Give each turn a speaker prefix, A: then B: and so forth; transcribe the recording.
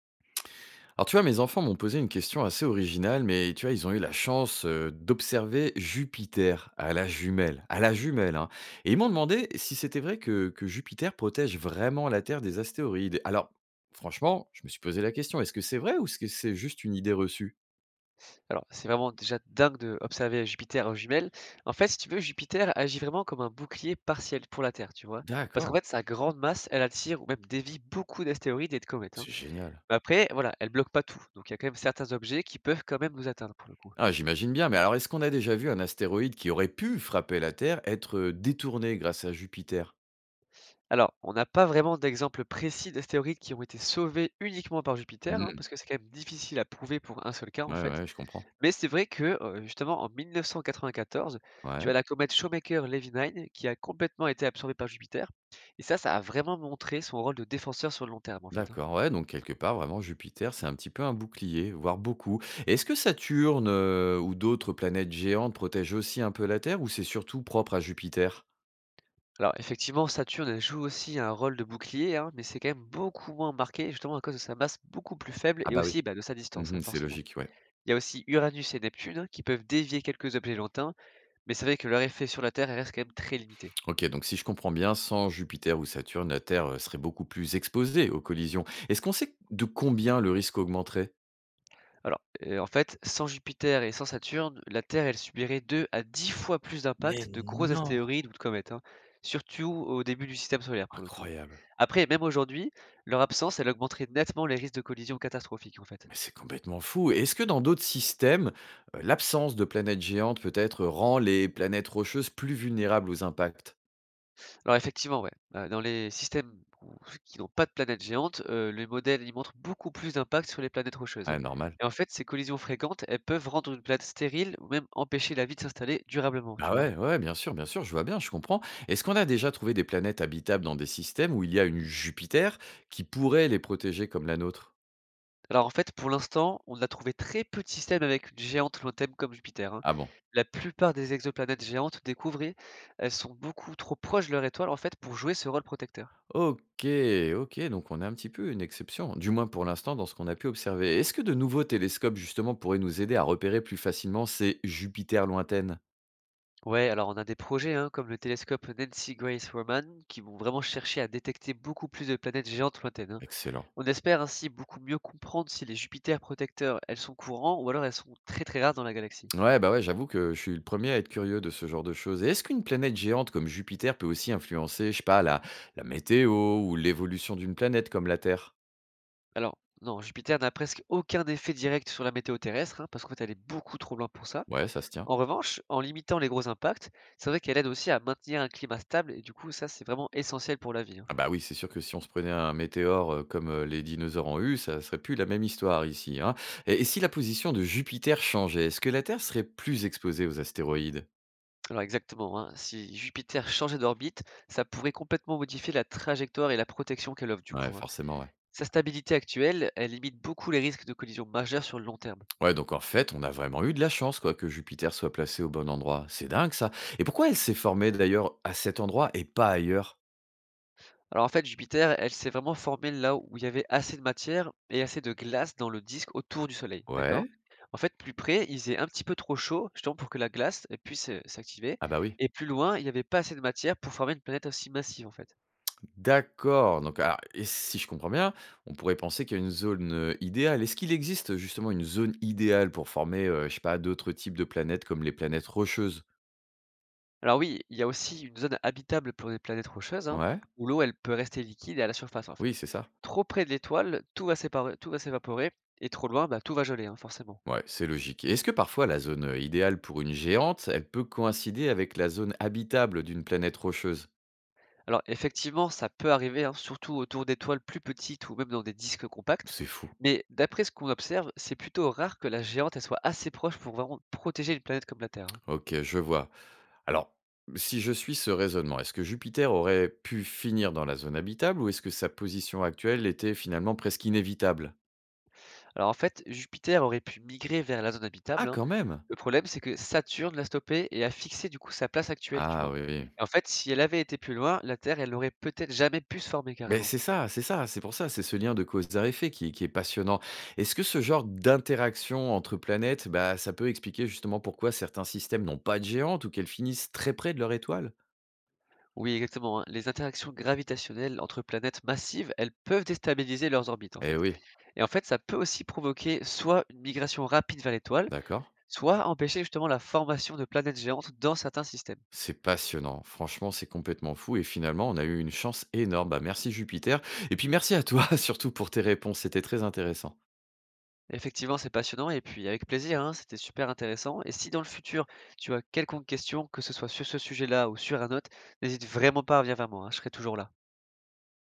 A: Alors tu vois, mes enfants m'ont posé une question assez originale, mais tu vois, ils ont eu la chance d'observer Jupiter à la jumelle, à la jumelle. Hein. Et ils m'ont demandé si c'était vrai que Jupiter protège vraiment la Terre des astéroïdes. Alors, franchement, je me suis posé la question, est-ce que c'est vrai ou est-ce que c'est juste une idée reçue?
B: Alors, c'est vraiment déjà dingue d'observer Jupiter en jumelles. En fait, si tu veux, Jupiter agit vraiment comme un bouclier partiel pour la Terre, tu vois. Parce qu'en
A: D'accord,
B: fait, sa grande masse, elle attire ou même dévie beaucoup d'astéroïdes et de comètes, hein.
A: c'est génial.
B: Mais après, voilà, elle bloque pas tout. Donc, il y a quand même certains objets qui peuvent quand même nous atteindre pour le coup.
A: Ah, j'imagine bien, mais alors est-ce qu'on a déjà vu un astéroïde qui aurait pu frapper la Terre être détourné grâce à Jupiter?
B: Alors, on n'a pas vraiment d'exemple précis d'astéroïdes qui ont été sauvés uniquement par Jupiter, hein,
A: Hmm,
B: parce que c'est quand même difficile à prouver pour un seul cas, en
A: ouais,
B: fait.
A: ouais, je comprends.
B: Mais c'est vrai que, justement en 1994, tu
A: Ouais.
B: as la comète Shoemaker-Levy-9 qui a complètement été absorbée par Jupiter, et ça a vraiment montré son rôle de défenseur sur le long terme, en fait, hein.
A: D'accord, ouais, donc quelque part, vraiment, Jupiter, c'est un petit peu un bouclier, voire beaucoup. Est-ce que Saturne ou d'autres planètes géantes protègent aussi un peu la Terre ou c'est surtout propre à Jupiter?
B: Alors effectivement, Saturne, elle joue aussi un rôle de bouclier, hein, mais c'est quand même beaucoup moins marqué, justement à cause de sa masse beaucoup plus faible
A: Ah
B: et
A: bah oui.
B: aussi, bah, de sa distance, hein,
A: Mhm, c'est
B: forcément.
A: logique, ouais.
B: Il y a aussi Uranus et Neptune, hein, qui peuvent dévier quelques objets lointains, mais c'est vrai que leur effet sur la Terre, elle reste quand même très limité.
A: Ok, donc si je comprends bien, sans Jupiter ou Saturne, la Terre serait beaucoup plus exposée aux collisions. Est-ce qu'on sait de combien le risque augmenterait?
B: Alors, en fait, sans Jupiter et sans Saturne, la Terre, elle subirait 2 à 10 fois plus
A: Mais
B: d'impacts de gros
A: non.
B: astéroïdes ou de comètes, hein, surtout au début du système solaire pour le coup.
A: Incroyable.
B: Après, même aujourd'hui, leur absence, elle augmenterait nettement les risques de collisions catastrophiques, en fait.
A: Mais c'est complètement fou. Est-ce que dans d'autres systèmes, l'absence de planètes géantes peut-être rend les planètes rocheuses plus vulnérables aux impacts?
B: Alors effectivement, ouais, dans les systèmes où qui n'ont pas de planètes géantes, les modèles, ils montrent beaucoup plus d'impact sur les planètes rocheuses, hein.
A: Ouais, normal.
B: Et en fait, ces collisions fréquentes, elles peuvent rendre une planète stérile ou même empêcher la vie de s'installer durablement, tu
A: Bah,
B: vois?
A: ouais, ouais, bien sûr, je vois bien, je comprends. Est-ce qu'on a déjà trouvé des planètes habitables dans des systèmes où il y a une Jupiter qui pourrait les protéger comme la nôtre?
B: Alors en fait, pour l'instant, on a trouvé très peu de systèmes avec une géante lointaine comme Jupiter, hein.
A: Ah bon?
B: La plupart des exoplanètes géantes découvrées, elles sont beaucoup trop proches de leur étoile en fait pour jouer ce rôle protecteur.
A: Ok, ok, donc on est un petit peu une exception, du moins pour l'instant dans ce qu'on a pu observer. Est-ce que de nouveaux télescopes justement pourraient nous aider à repérer plus facilement ces Jupiters lointaines?
B: Ouais, alors on a des projets, hein, comme le télescope Nancy Grace Roman qui vont vraiment chercher à détecter beaucoup plus de planètes géantes lointaines, hein.
A: Excellent.
B: On espère ainsi beaucoup mieux comprendre si les Jupiters protecteurs, elles sont courants ou alors elles sont très très rares dans la galaxie.
A: Ouais, bah ouais, j'avoue que je suis le premier à être curieux de ce genre de choses. Et est-ce qu'une planète géante comme Jupiter peut aussi influencer, je sais pas, la météo ou l'évolution d'une planète comme la Terre?
B: Alors non, Jupiter n'a presque aucun effet direct sur la météo terrestre, hein, parce qu'en fait elle est beaucoup trop loin pour ça.
A: Ouais, ça se tient.
B: En revanche, en limitant les gros impacts, c'est vrai qu'elle aide aussi à maintenir un climat stable et du coup, ça, c'est vraiment essentiel pour la vie, hein.
A: Ah bah oui, c'est sûr que si on se prenait un météore, comme, les dinosaures ont eu, ça serait plus la même histoire ici, hein. Et si la position de Jupiter changeait, est-ce que la Terre serait plus exposée aux astéroïdes?
B: Alors exactement, hein, si Jupiter changeait d'orbite, ça pourrait complètement modifier la trajectoire et la protection qu'elle offre du
A: Ouais,
B: coup, hein.
A: forcément, ouais.
B: Sa stabilité actuelle, elle limite beaucoup les risques de collisions majeures sur le long terme.
A: Ouais, donc en fait, on a vraiment eu de la chance, quoi, que Jupiter soit placé au bon endroit. C'est dingue ça. Et pourquoi elle s'est formée d'ailleurs à cet endroit et pas ailleurs?
B: Alors en fait, Jupiter, elle s'est vraiment formée là où il y avait assez de matière et assez de glace dans le disque autour du Soleil, d'accord?
A: Ouais,
B: En fait, plus près, il faisait un petit peu trop chaud, justement pour que la glace elle puisse s'activer.
A: ah bah oui.
B: Et plus loin, il n'y avait pas assez de matière pour former une planète aussi massive, en fait.
A: D'accord, donc alors et si je comprends bien, on pourrait penser qu'il y a une zone, idéale. Est-ce qu'il existe justement une zone idéale pour former, je sais pas, d'autres types de planètes comme les planètes rocheuses?
B: Alors oui, il y a aussi une zone habitable pour les planètes rocheuses, hein,
A: Ouais,
B: où l'eau, elle peut rester liquide et à la surface, en
A: oui,
B: fait.
A: c'est ça.
B: Trop près de l'étoile, tout va s'évaporer, et trop loin, bah, tout va geler, hein, forcément.
A: Ouais, c'est logique. Et est-ce que parfois la zone, idéale pour une géante, elle peut coïncider avec la zone habitable d'une planète rocheuse?
B: Alors effectivement, ça peut arriver, hein, surtout autour d'étoiles plus petites ou même dans des disques compacts,
A: C'est fou.
B: mais d'après ce qu'on observe, c'est plutôt rare que la géante elle soit assez proche pour vraiment protéger une planète comme la Terre, hein.
A: OK, je vois. Alors, si je suis ce raisonnement, est-ce que Jupiter aurait pu finir dans la zone habitable ou est-ce que sa position actuelle était finalement presque inévitable?
B: Alors en fait, Jupiter aurait pu migrer vers la zone
A: Ah
B: habitable, hein.
A: quand même!
B: Le problème, c'est que Saturne l'a stoppé et a fixé du coup sa place actuelle, tu
A: Ah
B: vois.
A: oui, oui.
B: Et en fait, si elle avait été plus loin, la Terre, elle n'aurait peut-être jamais pu se former
A: Mais
B: carrément.
A: c'est ça, c'est ça, c'est pour ça, c'est ce lien de cause à effet qui est passionnant. Est-ce que ce genre d'interaction entre planètes, bah, ça peut expliquer justement pourquoi certains systèmes n'ont pas de géante ou qu'elles finissent très près de leur étoile?
B: Oui, exactement, hein. Les interactions gravitationnelles entre planètes massives, elles peuvent déstabiliser leurs orbites en
A: Eh
B: fait.
A: oui,
B: Et en fait, ça peut aussi provoquer soit une migration rapide vers l'étoile,
A: d'accord.
B: soit empêcher justement la formation de planètes géantes dans certains systèmes.
A: C'est passionnant. Franchement, c'est complètement fou et finalement, on a eu une chance énorme. Bah, merci Jupiter et puis merci à toi surtout pour tes réponses, c'était très intéressant.
B: Effectivement, c'est passionnant et puis avec plaisir, hein, c'était super intéressant. Et si dans le futur, tu as quelconque question, que ce soit sur ce sujet-là ou sur un autre, n'hésite vraiment pas à venir vers moi, hein, je serai toujours là.